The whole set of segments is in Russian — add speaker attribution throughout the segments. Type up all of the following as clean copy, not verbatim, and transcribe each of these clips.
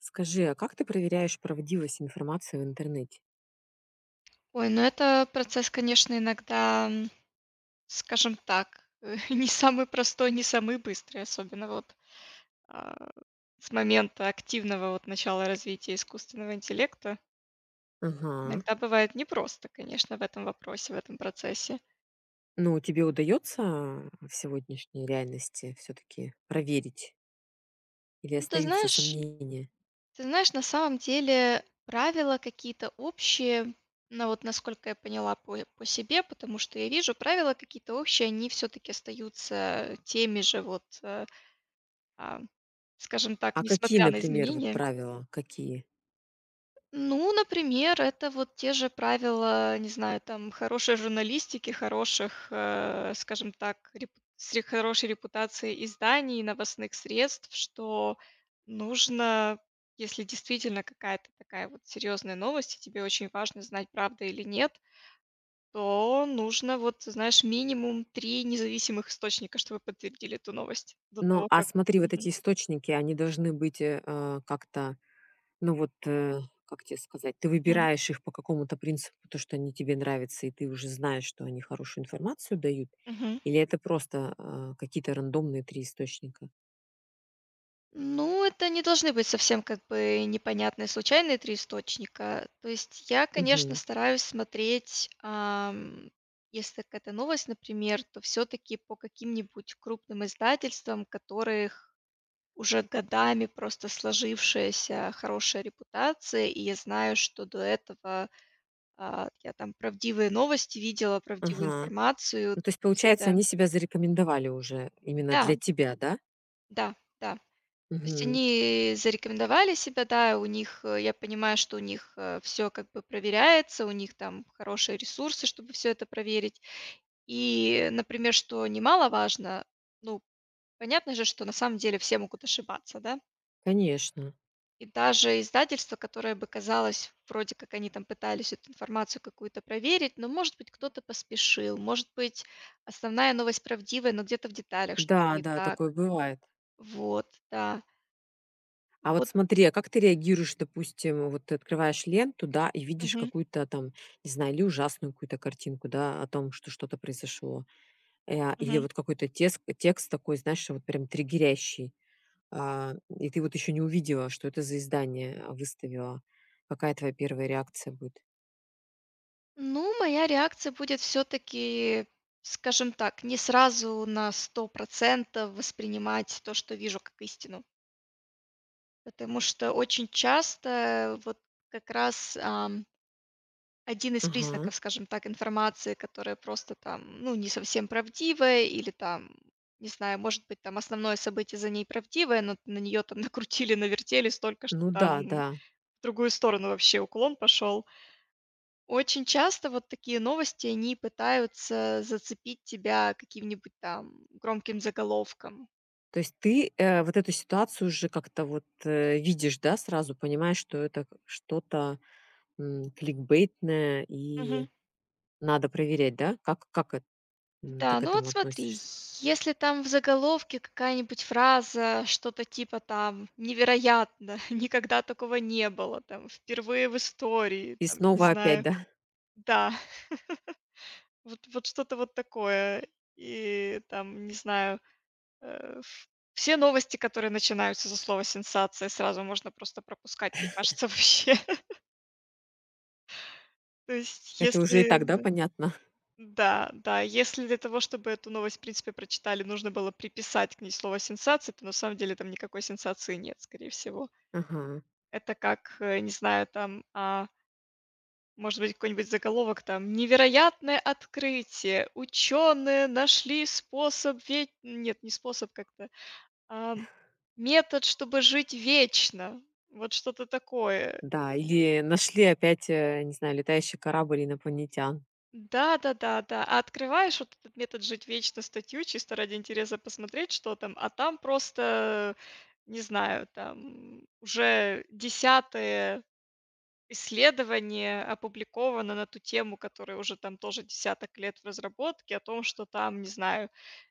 Speaker 1: Скажи, а как ты проверяешь правдивость информации в интернете?
Speaker 2: Ой, ну это процесс, конечно, иногда, скажем так, не самый простой, не самый быстрый, особенно вот а, с момента активного вот начала развития искусственного интеллекта.
Speaker 1: Ага.
Speaker 2: Иногда бывает непросто, конечно, в этом вопросе, в этом процессе.
Speaker 1: Ну, тебе удается в сегодняшней реальности все-таки проверить или
Speaker 2: Ну, ты
Speaker 1: остаются
Speaker 2: знаешь,
Speaker 1: сомнения?
Speaker 2: ты знаешь, на самом деле правила какие-то общие, но вот насколько я поняла по себе, потому что я вижу, правила какие-то общие, они все-таки остаются теми же вот А, скажем так,
Speaker 1: А какие,
Speaker 2: несмотря на
Speaker 1: например, вот
Speaker 2: изменения.
Speaker 1: правила, какие?
Speaker 2: Ну, например, это вот те же правила, не знаю, там, хорошей журналистики, хороших, скажем так, хорошей репутацией изданий, новостных средств, что нужно, если действительно какая-то такая вот серьезная новость, и тебе очень важно знать, правда или нет, то нужно вот, знаешь, минимум три независимых источника, чтобы подтвердили эту новость до
Speaker 1: Ну,
Speaker 2: того,
Speaker 1: а
Speaker 2: как...
Speaker 1: смотри, вот эти
Speaker 2: Мгм.
Speaker 1: источники, они должны быть как-то, ну вот, как тебе сказать, ты
Speaker 2: Мгм.
Speaker 1: выбираешь их по какому-то принципу, то, что они тебе нравятся, и ты уже знаешь, что они хорошую информацию дают,
Speaker 2: Мгм.
Speaker 1: или это просто какие-то рандомные три источника?
Speaker 2: Ну, это не должны быть совсем как бы непонятные случайные 3 источника. То есть я, конечно,
Speaker 1: Мгм.
Speaker 2: стараюсь смотреть, если какая-то новость, например, то все таки по каким-нибудь крупным издательствам, которых уже годами просто сложившаяся хорошая репутация. И я знаю, что до этого, я там правдивые новости видела, правдивую
Speaker 1: Ага.
Speaker 2: информацию.
Speaker 1: Ну, то есть,
Speaker 2: То есть,
Speaker 1: получается, они себя зарекомендовали уже именно
Speaker 2: да,
Speaker 1: для тебя, да?
Speaker 2: да, да. То есть
Speaker 1: Мгм.
Speaker 2: они зарекомендовали себя, да, у них, я понимаю, что у них, все как бы проверяется, у них там хорошие ресурсы, чтобы все это проверить. И, например, что немаловажно, ну, понятно же, что на самом деле все могут ошибаться, да.
Speaker 1: Конечно.
Speaker 2: И даже издательство, которое бы казалось, вроде как они там пытались эту информацию какую-то проверить, но, может быть, кто-то поспешил, может быть, основная новость правдивая, но где-то в деталях что-то
Speaker 1: Да,
Speaker 2: не
Speaker 1: да,
Speaker 2: так.
Speaker 1: такое бывает.
Speaker 2: Вот, да.
Speaker 1: А вот
Speaker 2: Вот.
Speaker 1: смотри, а как ты реагируешь, допустим, вот ты открываешь ленту, да, и видишь
Speaker 2: Мгм.
Speaker 1: какую-то там, не знаю, или ужасную какую-то картинку, да, о том, что что-то произошло, или
Speaker 2: Мгм.
Speaker 1: вот какой-то текст, такой, знаешь, вот прям триггерящий, а, и ты вот еще не увидела, что это за издание выставила. Какая твоя первая реакция будет?
Speaker 2: Ну, моя реакция будет все-таки, скажем так, не сразу на 100% воспринимать то, что вижу, как истину. Потому что очень часто вот как раз один из
Speaker 1: Ага.
Speaker 2: признаков, скажем так, информации, которая просто там, ну, не совсем правдивая или там, не знаю, может быть, там основное событие за ней правдивое, но на нее там накрутили, навертели столько, что
Speaker 1: Ну
Speaker 2: там
Speaker 1: да, да.
Speaker 2: в другую сторону вообще уклон пошел. Очень часто вот такие новости, они пытаются зацепить тебя каким-нибудь там громким заголовком.
Speaker 1: То есть ты, вот эту ситуацию уже как-то вот, видишь, да, сразу понимаешь, что это к что-то, кликбейтное
Speaker 2: Мгм.
Speaker 1: и надо проверять, да? Как ты
Speaker 2: Да,
Speaker 1: к
Speaker 2: ну вот
Speaker 1: этому
Speaker 2: смотри,
Speaker 1: относишься?
Speaker 2: если там в заголовке какая-нибудь фраза, что-то типа там невероятно, никогда такого не было, там впервые в истории,
Speaker 1: И
Speaker 2: там, не
Speaker 1: снова опять,
Speaker 2: знаю,
Speaker 1: да?
Speaker 2: да, вот, вот что-то вот такое, и там, не знаю, э, ф- все новости, которые начинаются со слова сенсация, сразу можно просто пропускать, мне кажется, вообще. То есть,
Speaker 1: Это уже и
Speaker 2: если
Speaker 1: так, да,
Speaker 2: да,
Speaker 1: понятно?
Speaker 2: да, да, если для того, чтобы эту новость, в принципе, прочитали, нужно было приписать к ней слово "сенсация", то на самом деле там никакой сенсации нет, скорее всего.
Speaker 1: Ага.
Speaker 2: Это как, не знаю, там, может быть, какой-нибудь заголовок там: "Невероятное открытие! Ученые нашли способ ве". Нет, не способ как-то, а, "метод, чтобы жить вечно". Вот что-то такое.
Speaker 1: Да, или нашли опять, не знаю, летающий корабль инопланетян.
Speaker 2: Да-да-да-да. А открываешь вот этот метод "жить вечно" статью чисто ради интереса посмотреть, что там, а там просто, не знаю, там уже десятые. Исследование опубликовано на ту тему, которая уже там тоже десяток лет в разработке, о том, что там, не знаю,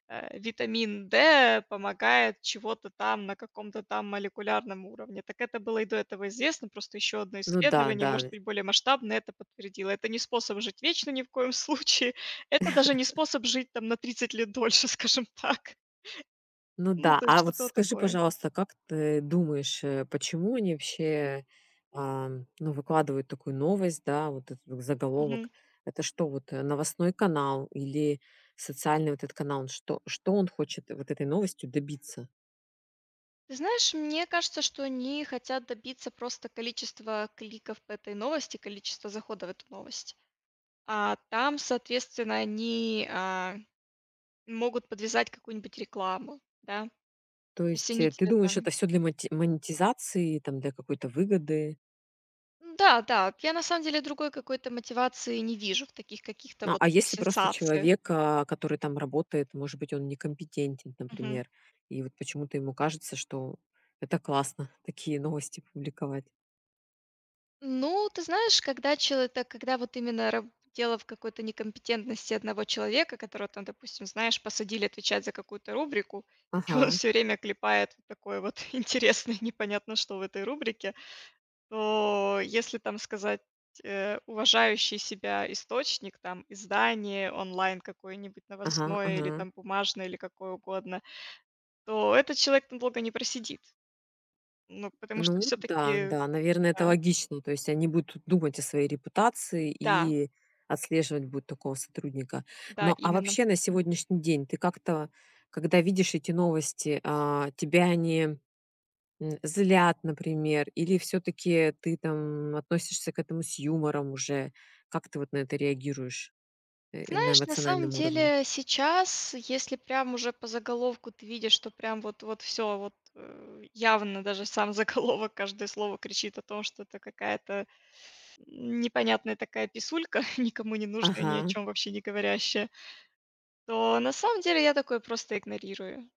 Speaker 2: витамин D помогает чего-то там на каком-то там молекулярном уровне. Так это было и до этого известно, просто еще одно
Speaker 1: Ну да,
Speaker 2: исследование,
Speaker 1: да.
Speaker 2: может быть, более масштабное это подтвердило. Это не способ жить вечно ни в коем случае, это даже не способ жить там на 30 лет дольше, скажем так.
Speaker 1: Ну
Speaker 2: Ну,
Speaker 1: да,
Speaker 2: то есть
Speaker 1: а вот
Speaker 2: что-то вот
Speaker 1: скажи,
Speaker 2: такое.
Speaker 1: пожалуйста, как ты думаешь, почему они вообще, ну, выкладывают такую новость, да, вот этот вот заголовок?
Speaker 2: Мгм.
Speaker 1: Это что, вот новостной канал или социальный вот этот канал? Что он хочет вот этой новостью добиться?
Speaker 2: Ты знаешь, мне кажется, что они хотят добиться просто количества кликов по этой новости, количества заходов в эту новость. А там, соответственно, они могут подвязать какую-нибудь рекламу, да. То
Speaker 1: То
Speaker 2: есть
Speaker 1: есть
Speaker 2: они
Speaker 1: ты
Speaker 2: тебе
Speaker 1: думаешь,
Speaker 2: там...
Speaker 1: это все для монетизации, там, для какой-то выгоды?
Speaker 2: Да, да, я на самом деле другой какой-то мотивации не вижу в таких каких-то
Speaker 1: Ну,
Speaker 2: вот
Speaker 1: а если просто
Speaker 2: сенсациях.
Speaker 1: человек, который там работает, может быть, он некомпетентен, например, и вот почему-то ему кажется, что это классно, такие новости публиковать.
Speaker 2: Ну, ты знаешь, когда человек, когда вот именно раб дело в какой-то некомпетентности одного человека, которого там, допустим, знаешь, посадили отвечать за какую-то рубрику, и он
Speaker 1: Ага,
Speaker 2: все время клепает вот такое вот интересное, непонятно что в этой рубрике, то если там сказать, уважающий себя источник, там, издание онлайн какое-нибудь
Speaker 1: ага,
Speaker 2: новостное
Speaker 1: ага.
Speaker 2: или там бумажное, или какое угодно, то этот человек там долго не просидит. Ну, потому что
Speaker 1: Ну
Speaker 2: все
Speaker 1: да,
Speaker 2: таки
Speaker 1: да, наверное, это
Speaker 2: да.
Speaker 1: логично. То есть они будут думать о своей репутации
Speaker 2: Да,
Speaker 1: и отслеживать будут такого сотрудника.
Speaker 2: да,
Speaker 1: Но а
Speaker 2: именно.
Speaker 1: вообще на сегодняшний день ты как-то, когда видишь эти новости, тебя они злят, например, или все-таки ты там относишься к этому с юмором уже? Как ты вот на это реагируешь на
Speaker 2: Знаешь, на самом
Speaker 1: эмоциональном уровне?
Speaker 2: деле сейчас, если прям уже по заголовку ты видишь, что прям вот, вот все, вот явно даже сам заголовок, каждое слово кричит о том, что это какая-то непонятная такая писулька, никому не нужная, ни о
Speaker 1: Ага.
Speaker 2: чем вообще не говорящая, то на самом деле я такое просто игнорирую.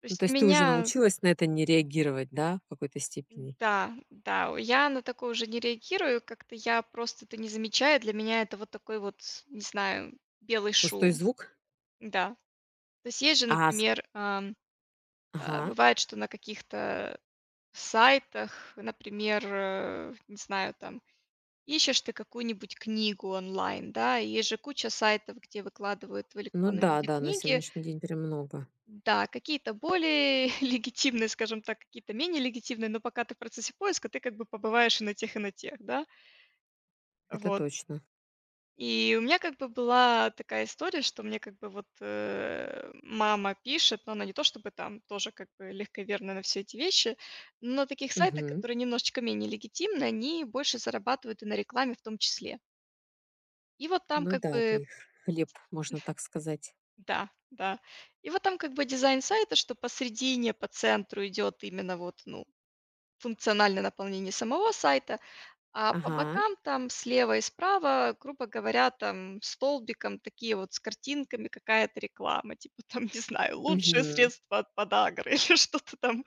Speaker 2: То
Speaker 1: Ну, то
Speaker 2: есть у
Speaker 1: есть ты уже
Speaker 2: меня,
Speaker 1: научилась на это не реагировать, да, в какой-то степени?
Speaker 2: да, да, я на такое уже не реагирую, как-то я просто это не замечаю, для меня это вот такой вот, не знаю, белый
Speaker 1: Пустой
Speaker 2: шум,
Speaker 1: звук?
Speaker 2: да. То есть есть же,
Speaker 1: А, с
Speaker 2: например,
Speaker 1: ага.
Speaker 2: бывает, что на каких-то сайтах, например, не знаю, там, ищешь ты какую-нибудь книгу онлайн, да, и есть же куча сайтов, где выкладывают в
Speaker 1: Ну
Speaker 2: электронном
Speaker 1: да,
Speaker 2: виде
Speaker 1: да, на
Speaker 2: книги.
Speaker 1: сегодняшний день прям много.
Speaker 2: Да, какие-то более легитимные, скажем так, какие-то менее легитимные, но пока ты в процессе поиска, ты как бы побываешь и на тех, да.
Speaker 1: Это
Speaker 2: Вот.
Speaker 1: точно.
Speaker 2: И у меня как бы была такая история, что мне как бы вот, мама пишет, но она не то чтобы там тоже как бы легковерна на все эти вещи, но на таких сайтах,
Speaker 1: Мгм.
Speaker 2: которые немножечко менее легитимны, они больше зарабатывают и на рекламе в том числе. И вот там
Speaker 1: Ну
Speaker 2: как
Speaker 1: да, ты
Speaker 2: бы
Speaker 1: их хлеб, можно так сказать.
Speaker 2: да, да. И вот там как бы дизайн сайта, что посредине, по центру идет именно вот, ну, функциональное наполнение самого сайта, а по
Speaker 1: Ага.
Speaker 2: бокам там слева и справа, грубо говоря, там столбиком такие вот с картинками, какая-то реклама, типа там, не знаю, лучшее
Speaker 1: Мгм.
Speaker 2: средство от подагры или что-то там,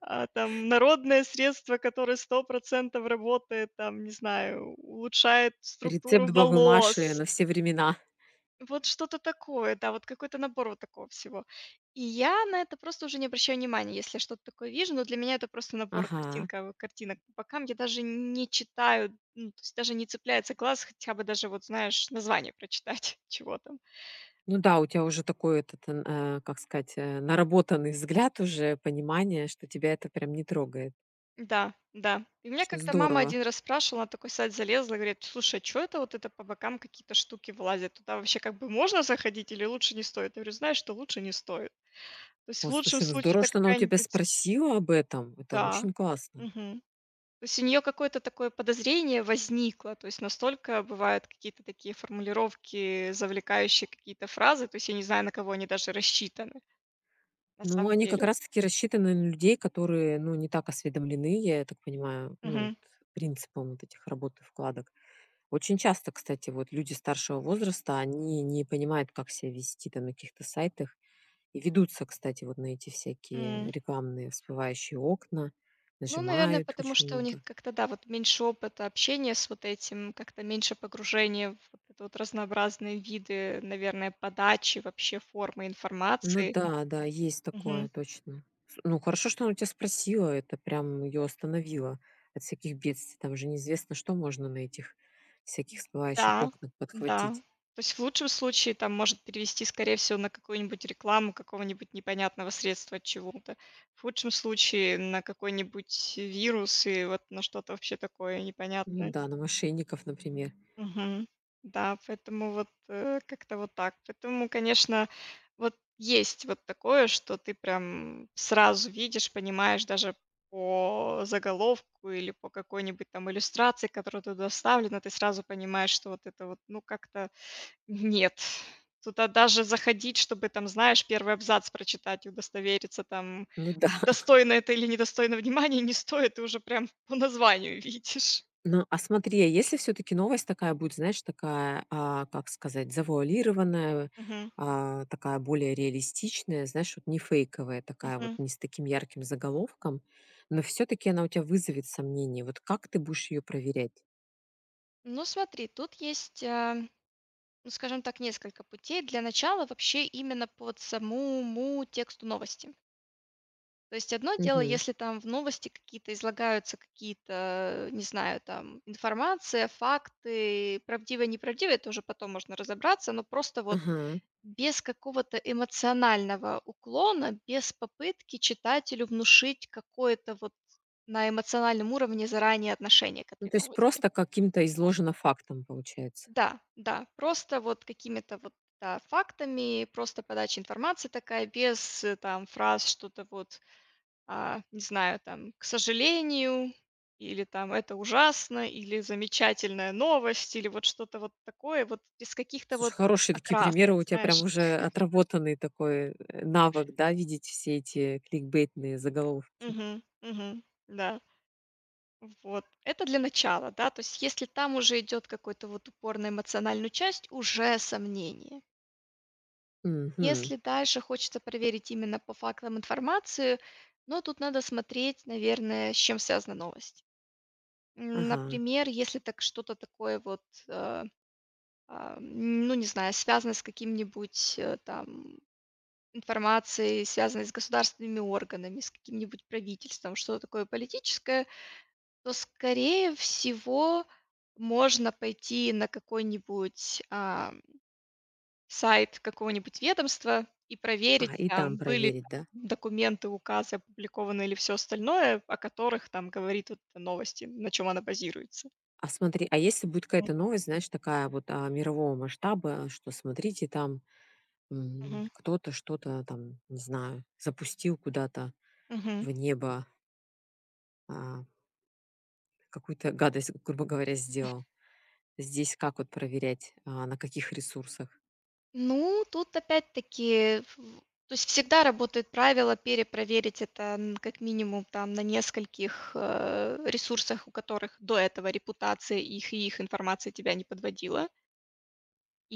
Speaker 2: там народное средство, которое 100% работает, там, не знаю, улучшает структуру
Speaker 1: Рецепт бабы Маши
Speaker 2: волос.
Speaker 1: на все времена.
Speaker 2: Вот что-то такое, да, вот какой-то набор вот такого всего. И я на это просто уже не обращаю внимания, если я что-то такое вижу, но для меня это просто набор
Speaker 1: Ага.
Speaker 2: картинка, вот картинок по бокам. Я даже не читаю, ну, то есть даже не цепляется глаз, хотя бы даже вот, знаешь, название прочитать, чего там.
Speaker 1: Ну да, у тебя уже такой этот, как сказать, наработанный взгляд уже, понимание, что тебя это прям не трогает.
Speaker 2: Да, да. И меня
Speaker 1: Очень
Speaker 2: как-то мама
Speaker 1: здорово.
Speaker 2: один раз спрашивала, на такой сайт залезла, говорит, слушай, а что это вот это по бокам какие-то штуки вылазят? Туда вообще как бы можно заходить или лучше не стоит? Я говорю, знаешь, что лучше не стоит. То есть
Speaker 1: О,
Speaker 2: в лучшем
Speaker 1: слушай, ну
Speaker 2: случае
Speaker 1: здорово,
Speaker 2: это
Speaker 1: что она у тебя
Speaker 2: какая-нибудь...
Speaker 1: спросила об этом. Это
Speaker 2: Да.
Speaker 1: очень классно.
Speaker 2: Мгм. То есть у нее какое-то такое подозрение возникло, то есть настолько бывают какие-то такие формулировки, завлекающие какие-то фразы, то есть я не знаю, на кого они даже рассчитаны на
Speaker 1: Ну,
Speaker 2: самом
Speaker 1: они как
Speaker 2: деле.
Speaker 1: раз таки рассчитаны на людей, которые, ну, не так осведомлены, я так понимаю, ну, вот
Speaker 2: Мгм.
Speaker 1: принципом вот этих работ и вкладок. Очень часто, кстати, вот люди старшего возраста, они не понимают, как себя вести там на каких-то сайтах, и ведутся, кстати, вот на эти всякие
Speaker 2: М.
Speaker 1: рекламные всплывающие окна,
Speaker 2: Ну, наверное,
Speaker 1: нажимают
Speaker 2: потому
Speaker 1: очень
Speaker 2: что у них
Speaker 1: много.
Speaker 2: как-то, да, вот меньше опыта общения с вот этим, как-то меньше погружения в вот это вот разнообразные виды, наверное, подачи вообще формы
Speaker 1: Ну
Speaker 2: информации.
Speaker 1: да, да, есть такое, точно. С Ну, хорошо, что она у тебя спросила, это прям ее остановило от всяких бедствий. Там же неизвестно, что можно на этих всяких всплывающих
Speaker 2: Да,
Speaker 1: окнах
Speaker 2: да.
Speaker 1: подхватить.
Speaker 2: То есть в лучшем случае там может перевести, скорее всего, на какую-нибудь рекламу какого-нибудь непонятного средства от чего-то. В худшем случае на какой-нибудь вирус и вот на что-то вообще такое
Speaker 1: Ну
Speaker 2: непонятное.
Speaker 1: да, на мошенников, например.
Speaker 2: Мгм. Да, поэтому вот, как-то вот так. Поэтому, конечно, вот есть вот такое, что ты прям сразу видишь, понимаешь даже по заголовку или по какой-нибудь там иллюстрации, которая туда вставлена, ты сразу понимаешь, что вот это вот, ну, как-то нет, туда даже заходить, чтобы там, знаешь, первый абзац прочитать и удостовериться, там,
Speaker 1: Ну да.
Speaker 2: достойно это или недостойно внимания, не стоит. Ты уже прям по названию видишь.
Speaker 1: Ну, а смотри, а если все таки новость такая будет, знаешь, такая, как сказать, завуалированная,
Speaker 2: Мгм,
Speaker 1: такая более реалистичная, знаешь, вот не фейковая такая, вот
Speaker 2: мгм.
Speaker 1: не с таким ярким заголовком, но все таки она у тебя вызовет сомнения. Вот как ты будешь ее проверять?
Speaker 2: Ну, смотри, тут есть, ну, скажем так, несколько путей. Для начала вообще именно под самому тексту новости. То есть одно дело,
Speaker 1: Мгм.
Speaker 2: если там в новости какие-то излагаются какие-то, не знаю, там информация, факты, правдивые неправдивая, это уже потом можно разобраться, но просто вот
Speaker 1: Ага.
Speaker 2: без какого-то эмоционального уклона, без попытки читателю внушить какое-то вот на эмоциональном уровне заранее отношение к
Speaker 1: Ну,
Speaker 2: этой
Speaker 1: то есть
Speaker 2: новости.
Speaker 1: просто каким-то изложено фактом, получается.
Speaker 2: Да, да, просто вот какими-то вот да, фактами, просто подача информации такая, без там фраз что-то вот, не знаю, там, к сожалению, или там это ужасно, или замечательная новость, или вот что-то вот такое, вот без каких-то
Speaker 1: Слушай,
Speaker 2: вот
Speaker 1: хорошие такие примеры,
Speaker 2: окрасок,
Speaker 1: у тебя прям
Speaker 2: знаешь.
Speaker 1: уже отработанный такой навык, да, видеть все эти кликбейтные заголовки.
Speaker 2: Угу, угу, да. Вот. Это для начала, да. То есть если там уже идет какой-то вот упор на эмоциональную часть, уже сомнение.
Speaker 1: Мгм.
Speaker 2: Если дальше хочется проверить именно по фактам информацию, но тут надо смотреть, наверное, с чем связана новость.
Speaker 1: Ага.
Speaker 2: Например, если так что-то такое вот, э, ну не знаю, связано с каким-нибудь там информацией, связанной с государственными органами, с каким-нибудь правительством, что-то такое политическое, то, скорее всего, можно пойти на какой-нибудь, сайт какого-нибудь ведомства и
Speaker 1: А,
Speaker 2: проверить,
Speaker 1: и там
Speaker 2: там были
Speaker 1: проверить, да?
Speaker 2: документы, указы опубликованы или все остальное, о которых там говорит вот эта новость, на чем она базируется.
Speaker 1: А смотри, а если будет какая-то новость, знаешь, такая вот мирового масштаба, что смотрите, там
Speaker 2: Мгм,
Speaker 1: кто-то что-то там, не знаю, запустил куда-то
Speaker 2: мгм.
Speaker 1: в небо, а, какую-то гадость, грубо говоря, сделал. Здесь как вот проверять, на каких ресурсах?
Speaker 2: Ну, тут опять-таки, в то есть всегда работает правило перепроверить это, н как минимум там на нескольких, ресурсах, у которых до этого репутация их и их информация тебя не подводила.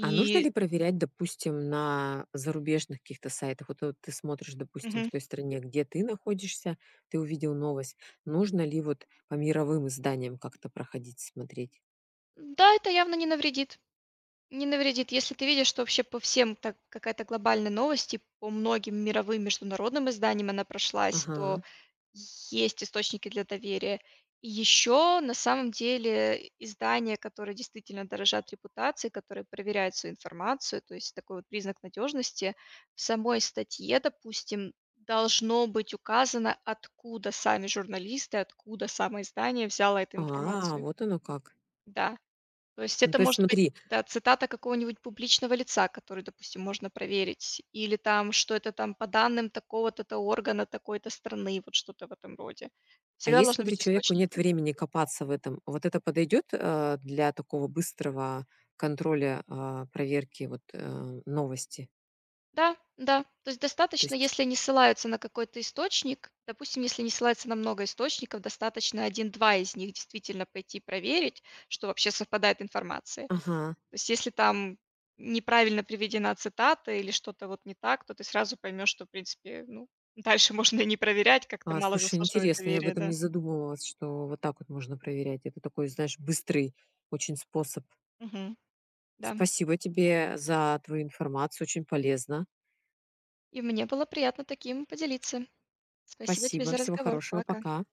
Speaker 1: А нужно ли проверять, допустим, на зарубежных каких-то сайтах? Вот, ты смотришь, допустим, в
Speaker 2: Мгм.
Speaker 1: той стране, где ты находишься, ты увидел новость. Нужно ли вот по мировым изданиям как-то проходить, смотреть?
Speaker 2: Да, это явно не навредит. Не навредит. Если ты видишь, что вообще по всем так какая-то глобальная новость, и по многим мировым международным изданиям она прошлась, то
Speaker 1: Ага.
Speaker 2: есть источники для доверия. И еще, на самом деле, издания, которые действительно дорожат репутацией, которые проверяют свою информацию, то есть такой вот признак надежности, в самой статье, допустим, должно быть указано, откуда сами журналисты, откуда самое издание взяло эту
Speaker 1: А,
Speaker 2: информацию.
Speaker 1: вот оно как.
Speaker 2: Да. То есть
Speaker 1: Ну,
Speaker 2: это
Speaker 1: то есть
Speaker 2: может быть,
Speaker 1: смотри,
Speaker 2: да, цитата какого-нибудь публичного лица, который, допустим, можно проверить, или там, что это там по данным такого то органа такой-то страны, вот что-то в этом роде.
Speaker 1: а
Speaker 2: Всегда
Speaker 1: если,
Speaker 2: должны
Speaker 1: смотри,
Speaker 2: быть
Speaker 1: человеку нет
Speaker 2: источники.
Speaker 1: времени копаться в этом, вот это подойдет, для такого быстрого контроля, проверки вот, новости?
Speaker 2: Да, да. То есть
Speaker 1: То
Speaker 2: достаточно,
Speaker 1: есть
Speaker 2: если они ссылаются на какой-то источник, допустим, если они ссылаются на много источников, достаточно один-два из них действительно пойти проверить, что вообще совпадает информация.
Speaker 1: ага.
Speaker 2: То есть если там неправильно приведена цитата или что-то вот не так, то ты сразу поймешь, что, в принципе, ну, дальше можно и не проверять, как-то
Speaker 1: А,
Speaker 2: мало
Speaker 1: слушай,
Speaker 2: заслуживает
Speaker 1: интересно, я об
Speaker 2: доверия,
Speaker 1: этом не
Speaker 2: да.
Speaker 1: задумывалась, что вот так вот можно проверять. Это такой, знаешь, быстрый очень способ.
Speaker 2: Мгм. Да.
Speaker 1: Спасибо тебе за твою информацию, очень полезно.
Speaker 2: И мне было приятно таким поделиться. Спасибо тебе
Speaker 1: Спасибо,
Speaker 2: за
Speaker 1: всего
Speaker 2: разговор.
Speaker 1: хорошего,
Speaker 2: Пока.
Speaker 1: пока.